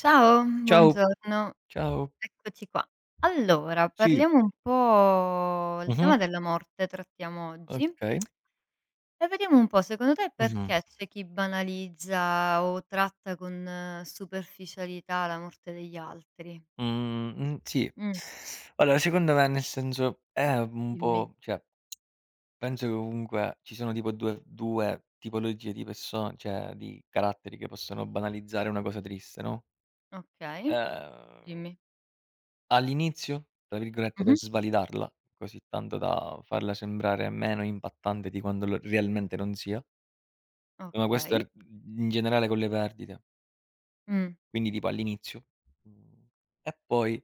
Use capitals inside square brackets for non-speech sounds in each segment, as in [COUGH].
Ciao, Ciao, buongiorno, ciao. eccoci qua. Allora, Sì. parliamo un po' il Mh-mh. tema della morte trattiamo oggi Okay. e vediamo un po' secondo te perché Mh-mh. c'è chi banalizza o tratta con superficialità la morte degli altri? Mhmm, sì. Mh, Allora secondo me, nel senso, è un dimmi. po', cioè penso che comunque ci sono tipo 2 tipologie di perso cioè di caratteri che possono banalizzare una cosa triste, no. Okay, ehm, dimmi. All'inizio, tra virgolette, per Mh-mh. "svalidarla", così tanto da farla sembrare meno impattante di quando lo realmente non sia. Ma questo è Okay. r In generale con le perdite. Mh, Quindi tipo all'inizio. Mhmm, e poi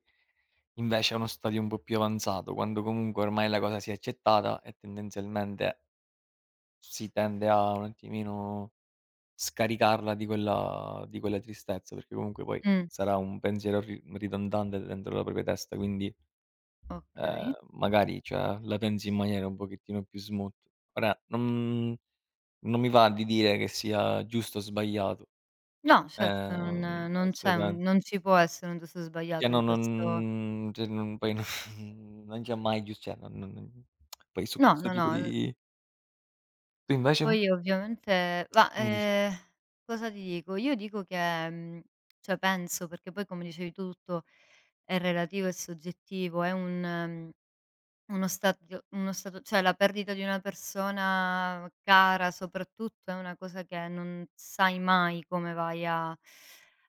invece a uno stadio un po' più avanzato, quando comunque ormai la cosa si è accettata e tendenzialmente si tende a un attimino scaricarla di quella tristezza, perché comunque poi mh, sarà un pensiero ri ridondante dentro la propria testa. Quindi, okay. magari cioè la pensi in maniera un pochettino più smooth. Ora non mi va di dire che sia giusto o sbagliato. No, certo, non non c'è un Assolutamen non ci può essere un giusto o Cioè sbagliato no, in questo. non cioè non, poi [LAUGHS] non ci ho mai chius cioè non poi su No, questo no, no, tipo l di. Tu invece che Poi ovviamente ma, mi dici? Cosa ti dico? Io dico che, cioè penso, perché poi come dicevi tu tutto è relativo, è soggettivo, è un mhmm, uno stadio uno stato cioè la perdita di una persona cara soprattutto è una cosa che non sai mai come vai a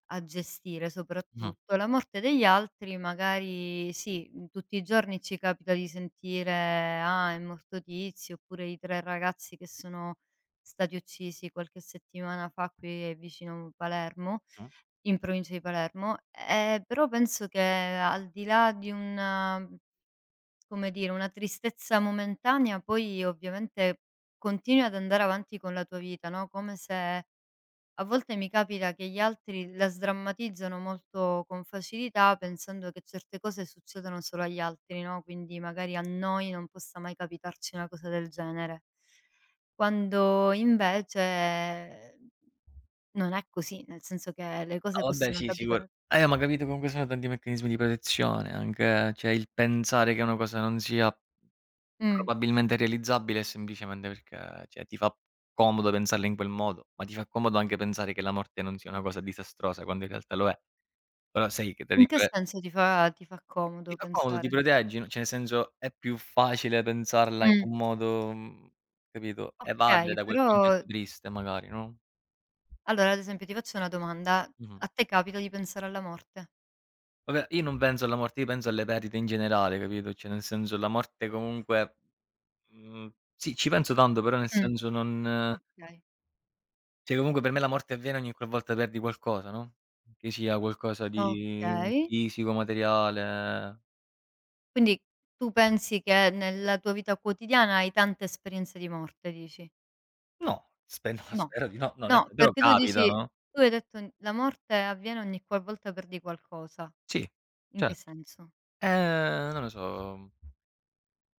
a gestire Mh, soprattutto. La morte degli altri magari sì, tutti i giorni ci capita di sentire: "Ah, è morto tizio", oppure i 3 ragazzi che sono stati uccisi qualche settimana fa qui vicino Palermo mh. in provincia di Palermo. Però penso che al di là di un come dire, una tristezza momentanea, poi ovviamente continui ad andare avanti con la tua vita, no, come se a volte mi capita che gli altri la sdrammatizzano molto con facilità, pensando che certe cose succedano solo agli altri, no, quindi magari a noi non possa mai capitarci una cosa del genere. Quando invece non è così, nel senso che le cose No, vabbè, possono sì, sicuro. capitare. Ma capito, comunque sono tanti meccanismi di protezione, anche, cioè il pensare che una cosa non sia Mh. probabilmente realizzabile è semplicemente perché, cioè ti fa comodo pensarla in quel modo, ma ti fa comodo anche pensare che la morte non sia una cosa disastrosa, quando in realtà lo è. Però sai che tra In che virgole. senso ti fa Ti comodo fa comodo, ti pensare? proteggi, no, cioè nel senso è più facile pensarla in Mh. un modo, capito, evadere Okay, da quel però concetto triste magari, no. allora ad esempio ti faccio una domanda: Mh-mh. a te capita di pensare alla morte? Vabbè, io non penso alla morte, io penso alle perdite in generale, capito, cioè nel senso la morte, comunque, mhmm, sì, ci penso tanto, però nel Mh, senso non, okay, cioè comunque per me la morte avviene ogni qual volta perdi qualcosa, no, che sia qualcosa di okay. fisico, materiale. Quindi tu pensi che nella tua vita quotidiana hai tante esperienze di morte, dici? No, spe no, No. spero di no, no, No, nel se però perché capita, no? tu hai detto n la morte avviene ogni qualvolta perdi qualcosa. Sì, In cer che senso? eh, non lo so,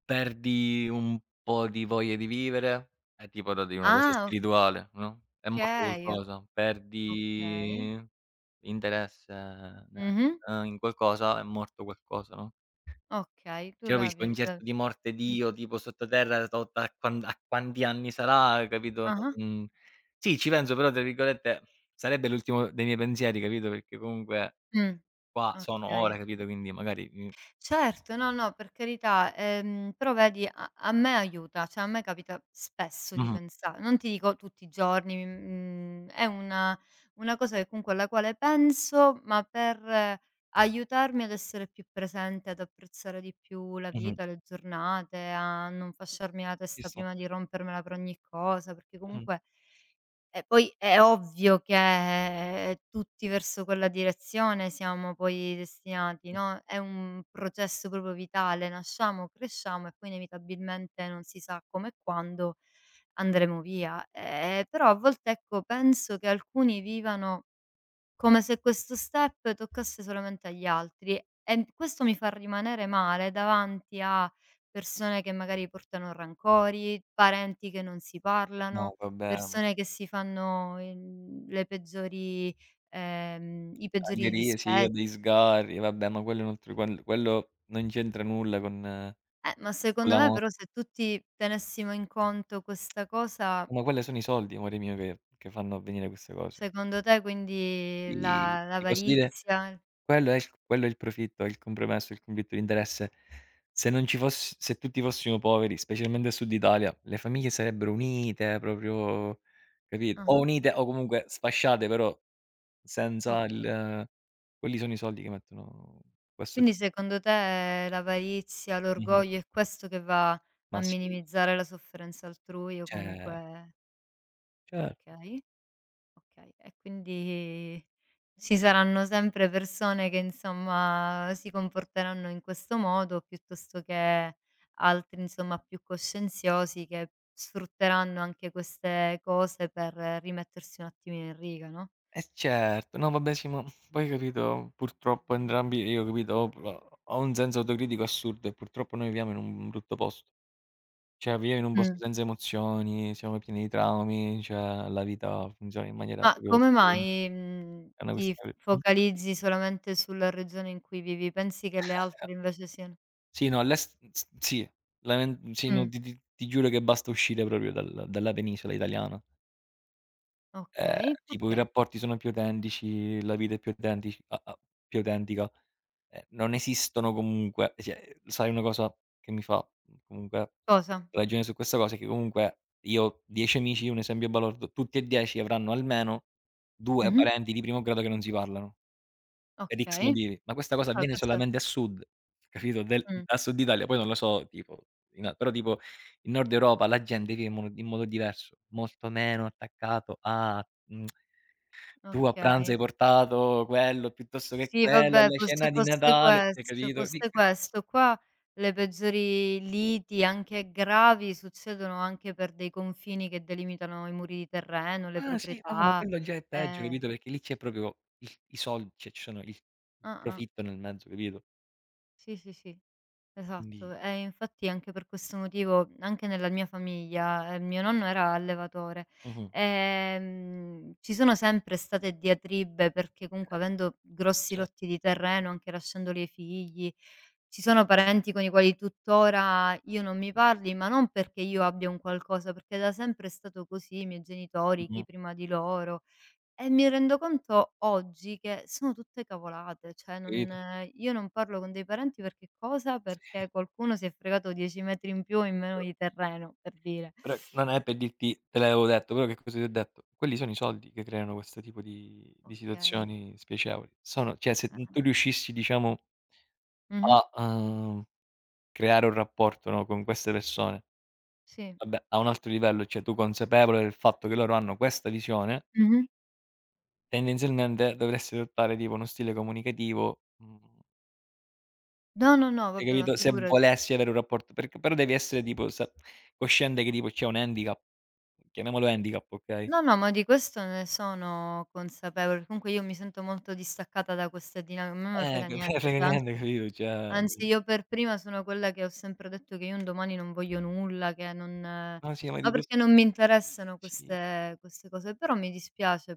perdi un po' di voglia di vivere, è tipo da, di una cosa Ah, spirituale, no, è morto okay, qualcosa, o okay. perdi interesse, ne Mh-mh. In qualcosa, è morto qualcosa, no, Okay, tu c'era la il vi la concerto di morte di mh. Io, tipo sottoterra tot a quanti anni sarà, capito, Ah-ah. non sì, ci penso, però tra virgolette sarebbe l'ultimo dei miei pensieri, capito, perché comunque Mh, qua sono okay. ora, capito, quindi magari, mhmm. Certo, no, no, per carità, però vedi a me aiuta, cioè a me capita spesso di Mh-mh, pensa non ti dico tutti i giorni, è una cosa che comunque alla quale penso, ma per aiutarmi ad essere più presente, ad apprezzare di più la mh-mh, vita, le giornate, a non fasciarmi la ci testa sto. prima di rompermela per ogni cosa, perché Mh-mh. comunque e poi è ovvio che tutti verso quella direzione siamo poi destinati, Mh. no, è un processo proprio vitale, nasciamo, cresciamo e poi inevitabilmente non si sa come e quando andremo via. Però a volte, ecco, penso che alcuni vivano come se questo step toccasse solamente agli altri e n questo mi fa rimanere male davanti a persone che magari portano rancori, parenti che non si No, parlano, vabbè, ma persone che si fanno il le peggiori i anche peggiori lì sì, o dispetti. degli sgarri, vabbè, ma quello è un altro, quello non c'entra nulla con. Ma Con secondo la me mor però se tutti tenessimo in conto questa cosa, Ma quelle sono i soldi, amore mio, che fanno avvenire queste cose. secondo te quindi I la Ti posso dire, l'avarizia. quello è il profitto, è il compromesso, il conflitto di interesse. Se non ci foss se tutti fossimo poveri, specialmente al Sud Italia, le famiglie sarebbero unite, proprio, capito? O Ah-ah, unite o comunque sfasciate, però senza oka il. Quelli sono i soldi che mettono. Questo ti Quindi secondo te l'avarizia, Mh-mh. l'orgoglio è questo che va Ma a sì, minimizzare la sofferenza altrui o cer comunque cer okay, okay. E quindi ci saranno sempre persone che insomma si comporteranno in questo modo, piuttosto che altri insomma più coscienziosi che sfrutteranno anche queste cose per rimettersi un attimino in riga, no? eh, certo. No, vabbè, sì, ma poi capito, purtroppo entrambi, io capito, ho un senso autocritico assurdo, e purtroppo noi viviamo in un brutto posto. Cioè viviamo in un posto Mh. senza emozioni, siamo pieni di traumi, cioè la vita funziona in maniera Ma proprio. come mai, [UNINTELLIGIBLE] È una ti f questione, mh? focalizzi solamente sulla regione in cui vivi? Pensi che le altre invece siano Sì, no, l'est s sì, lamen sì, no, mh, ti giuro che basta uscire proprio dalla penisola italiana. Ehm, okay, tipo i perché? rapporti sono più autentici, la vita è più autentici a a più autentica. Non esistono, comunque cioè, sai una cosa che mi fa, comunque Cosa? ragione su questa cosa, è che comunque io ho 10 amici, un esempio balordo, tutti e 10 avranno almeno 2 Mh-mh, parenti di primo grado che non si parlano, per X okay. motivi, ma questa cosa Ah, avviene questa solamente a sud, capito, del mh, a Sud Italia. Poi non lo so, tipo in a però tipo in Nord Europa la gente vive in modo diverso, molto meno attaccato a, mhmm. Tu a pranzo hai okay. portato quello, piuttosto che Sì, quello, vabbè, alla fosse cena di fosse Natale, hai questo capito? Di fosse que questo. Qua le peggiori liti, anche gravi, succedono anche per dei confini che delimitano i muri di terreno, le Ah sì, no, ma proprietà, quello già è peggio, ehm capito, perché lì c'è proprio, il i soldi, cioè ci sono il ah-ah. profitto nel mezzo, capito? Sì, sì, sì, Quindi. esatto. E infatti anche per questo motivo, anche nella mia famiglia, mio nonno era allevatore. Mh-mh, Ci sono sempre state diatribe perché comunque avendo grossi cioè, lotti di terreno, anche lasciandoli ai figli, ci sono parenti con i quali tuttora io non mi parli, ma non perché io abbia un qualcosa, perché da sempre è stato così, i miei genitori, chi mh-mh, prima di loro. E mi rendo conto oggi che sono tutte cavolate, cioè non capito? Io non parlo con dei parenti perché cosa? Sì, Perché qualcuno si è fregato 10 metri in più o in meno però di terreno, per dire. però non è per dirti: "Te l'avevo detto", però che cosa ti ho detto? Quelli sono i soldi che creano questo tipo di Okay. situazioni spiacevoli. Sono, cioè se, tu Ah-ah. riuscissi, diciamo, Mh-mh. a, creare un rapporto, no, con queste persone. Sì. Vabbè, a un altro livello, cioè tu consapevole del fatto che loro hanno questa visione, Mh-mh. tendenzialmente dovresti adottare tipo uno stile comunicativo, No, no, no, cioè vabbè, ma capito, se figurati. volessi avere un rapporto, perché però devi essere tipo sa cosciente che tipo c'è un handicap, chiamiamolo handicap, okay? No, no, ma di questo ne sono consapevole. Comunque io mi sento molto distaccata da queste dinamiche, a me non me [LAUGHS] frega che non gliene niente, frega cioè anzi niente, capito, cioè anzi io per prima sono quella che ho sempre detto che io un domani non voglio nulla, che non no, sì, ma ma tipo s perché non mi interessano sì. queste cose, però mi dispiace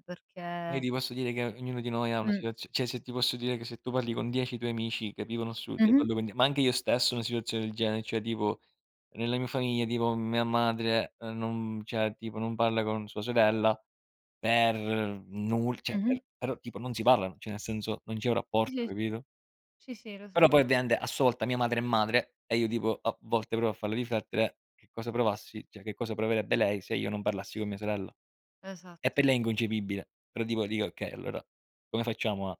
Io perché ti posso dire che ognuno di noi ha una mh, situazio cioè se ti posso dire che se tu parli con 10 tuoi amici che vivono al sud, io mh-mh, parlo con die ma anche io stesso ho una situazione del genere, cioè tipo nella mia famiglia, tipo mia madre, non cioè tipo non parla con sua sorella per nul cioè mh-mh. Però tipo non si parlano, cioè nel senso non c'è un Sì, rapporto, sì, capito? sì, sì, lo Però so, poi ovviamente a sua volta mia madre è madre, e io tipo a volte provo a farla riflettere che cosa provassi, cioè che cosa proverebbe lei se io non parlassi con mia sorella. E per esatto. lei è inconcepibile. Però tipo dico: "Okay, allora come facciamo a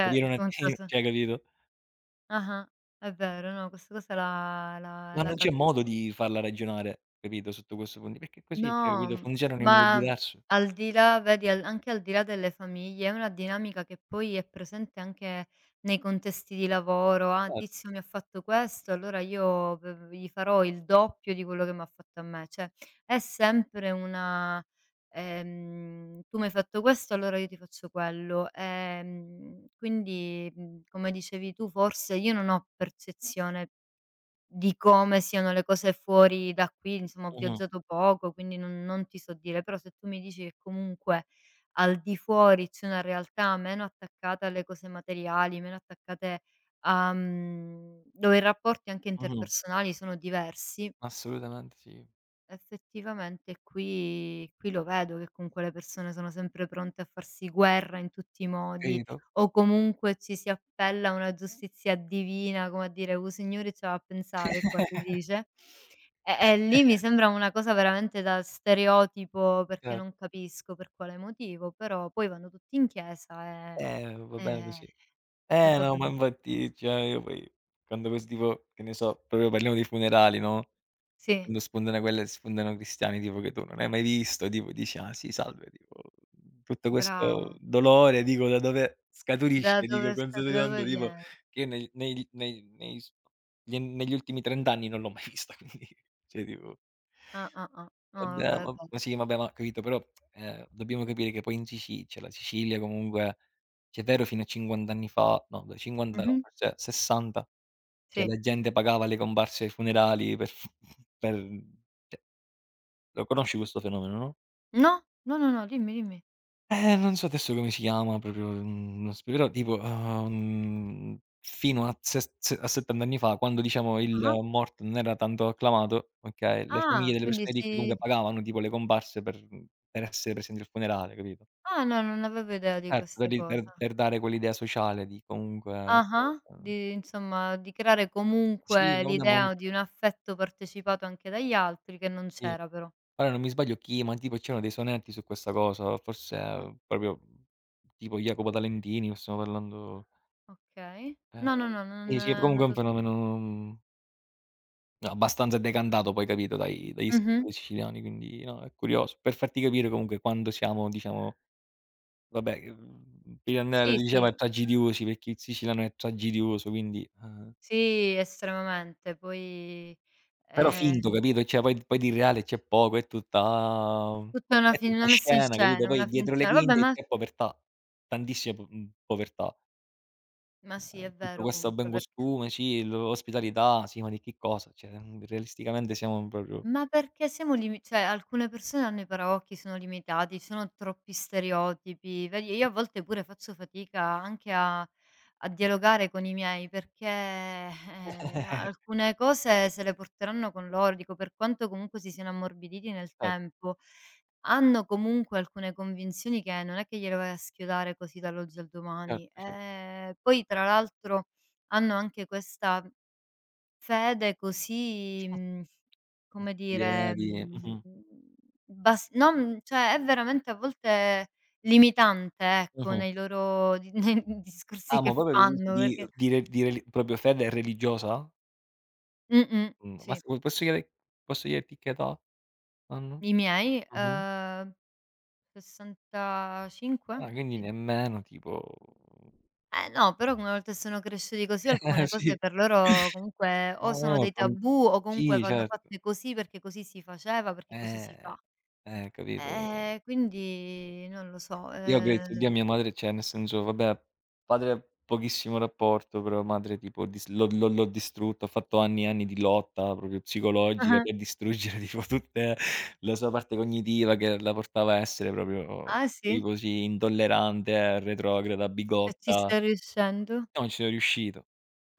capire un conta attimo", [LAUGHS] se cioè capito? Ah-ah, è vero, no, questa cosa la la Ma la non c'è modo capisco. di farla ragionare, capito, sotto questo punto, perché così, cioè No, capito, funzionano in modo ma diverso. al di là vedi, al anche al di là delle famiglie, è una dinamica che poi è presente anche nei contesti di lavoro: "Ah, Certo. tizio mi ha fatto questo, allora io v gli farò il doppio di quello che m'ha fatto a me." Cioè, è sempre una: "Tu m'hai fatto questo, allora io ti faccio quello." Quindi, come dicevi tu, forse io non ho percezione di come siano le cose fuori da qui, insomma ho Mh-mh, viaggiato poco, quindi non ti so dire, però se tu mi dici che comunque al di fuori c'è una realtà meno attaccata alle cose materiali, meno attaccate dove i rapporti anche mh-mh. interpersonali sono diversi. Assolutamente sì. Effettivamente qui lo vedo che comunque le persone sono sempre pronte a farsi guerra in tutti i modi Capito? o comunque ci si appella a una giustizia divina, come a dire: "Oh Signore c'ha a pensare qua" si dice. E lì mi sembra una cosa veramente da stereotipo perché Cioè, non capisco per quale motivo, però poi vanno tutti in chiesa e va bene e così. Eh va no, ma bene. infatti, cioè io poi quando questo tipo, che ne so, proprio parliamo di funerali, no? Sì, Quando spuntano cristiani tipo che tu non hai mai visto, tipo dici: "Ah sì, salve", tipo tutto questo bravo. dolore, dico da dove scaturisce, dico Da dove considerando tipo viene? che io neg nei nei nei s negli negli ultimi 30 anni non l'ho mai [LAUGHS] vista, quindi cioè tipo. Ah, ah, ah. No Vabbè, vabbè, è ma vero. ma sì, vabbè, ma ho capito, però, dobbiamo capire che poi in Sicilia, cioè la Sicilia, comunque, cioè è vero fino a 50 anni fa, no, beh 50 no, Mh-mh. forse 60, cioè Sì. la gente pagava le comparse ai funerali per [LAUGHS] f per cioè, lo conosci questo fenomeno, no? No, no, no, no, dimmi, dimmi. Non so adesso come si chiama proprio, non s però tipo, fino a ses se a 70 anni fa, quando diciamo il Ah-ah. morto non era tanto acclamato, okay, le famiglie Ah, delle quindi persone ricche si comunque pagavano tipo le comparse per, per essere presenti al funerale, capito? ah, no, non avevo idea di Certo, per questa ri cosa. per dare quell'idea sociale di comunque. Ah-ah, [UNINTELLIGIBLE] di insomma, di creare Sì, comunque no, no, ma l'idea di un affetto partecipato anche dagli altri, che non sì. c'era però. Ora non mi sbaglio, chi, ma tipo c'erano dei sonetti su questa cosa, forse, Ah, proprio tipo Jacopo Talentini, o stiamo parlando. okay. No, no, Ehm, no, non sì, sì, non comunque è un lo sa fenomeno, abbastanza decantato poi, capito, dai dagli Mh-mh. scrittori siciliani, quindi no, è curioso. Per farti capire comunque quanto siamo, diciamo, vabbè, Pirandello Sì, diceva è sì, tragidioso, perché il siciliano è tragidioso, quindi, sì, estremamente. Poi, però finto, ehm, capito, cioè poi di reale c'è poco, è tutta tutta una fin una messa in scena, capito, scena, poi una dietro le finzione. Vabbè, quinte ma c'è povertà, tantissima povertà. ma sì, è Tutto vero questo comunque ben perché. costume, sì, l ospitalità, sì, ma di che cosa? Cioè, realisticamente siamo proprio. Ma perché siamo limi cioè alcune persone hanno i paraocchi, sono limitati, ci sono troppi stereotipi. Vedi, io a volte pure faccio fatica anche a dialogare con i miei perché, [LAUGHS] alcune cose se le porteranno con loro. Dico, per quanto comunque si siano ammorbiditi nel Certo, tempo, hanno comunque alcune convinzioni che non è che gliele vai a schiodare così dall'oggi al certo, domani. cer Poi tra l'altro hanno anche questa fede così, come l'idea dire, di, mh-mh, bas non cioè è veramente a volte limitante, ecco, mh-mh. nei loro di [LAUGHS] nei discorsi Ah, ma che proprio tu dici fanno perché di re di reli proprio fede religiosa? mh-mh, Mhmm, ma s sì. Posso chiederti che età hanno? I miei, Mh-mh. 65? Ah, quindi Sì. nemmeno tipo. Eh no, però una volta che sono cresciuti così alcune [LAUGHS] Sì. cose per loro comunque No, o sono no, dei con, tabù o comunque sì, vanno certo. fatte così perché così si faceva, perché così si Eh, fa. Capito. Quindi non lo so, Io ehm grazie a Dio, a mia madre, cioè nel senso, vabbè, padre pochissimo rapporto, però madre tipo dis l'ho distrutto, ho fatto anni e anni di lotta proprio psicologica Ah-ah. per distruggere [LAUGHS] tipo tutte la sua parte cognitiva che la portava a essere proprio Ah sì? tipo così intollerante, retrograda, E ci bigotta. stai riuscendo? Non ci sono riuscito.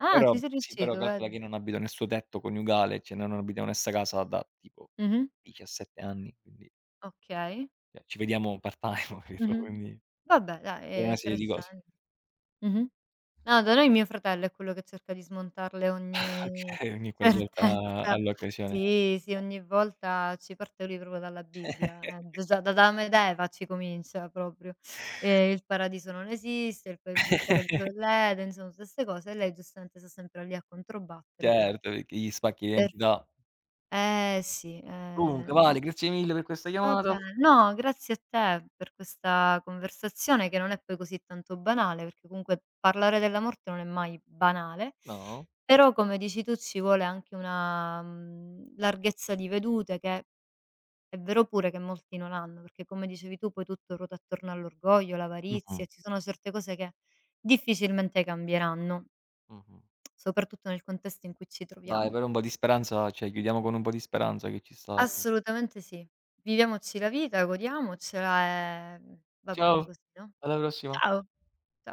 Ah, Però ci sei sì, però riuscito, calcola che vedi. io non abito nel suo tetto coniugale, cioè noi non abitiamo nella stessa casa da tipo Mh-mh. 17 anni, quindi Okay. cioè ci vediamo part-time, [LAUGHS] capito, Mh-mh. quindi Vabbè dai, per una serie di cose. crescendo. Mh-mh. No, da noi mio fratello è quello che cerca di smontarle [LAUGHS] ogni Okay, ogni [LAUGHS] qualvolta certezza. all'occasione. Sì, sì, ogni volta ci parte lui proprio dalla Bibbia, [LAUGHS] d già da Adamo ed Eva ci comincia proprio. Il paradiso non esiste, il paradiso dell'Eden, insomma tutte 'ste cose e lei giustamente sta sempre lì a controbattere però Certo, perché gli spacchi per l'identità. eh sì, Comunque ehm Vale, grazie mille per questa chiamata. Vabbè, no, grazie a te per questa conversazione che non è poi così tanto banale, perché comunque parlare della morte non è mai banale, No? però come dici tu ci vuole anche una, larghezza di vedute che è vero pure che molti non hanno, perché come dicevi tu poi tutto ruota attorno all'orgoglio, Mh-mh, l'avarizia, e ci sono certe cose che difficilmente cambieranno, mh-mh. soprattutto nel contesto in cui ci Dai, troviamo. però un po' di speranza, cioè chiudiamo con un po' di speranza che ci sta. Assolutamente sì. Viviamoci la vita, godiamocela e va bene Ciao, così, no? alla prossima. Ciao, ciao.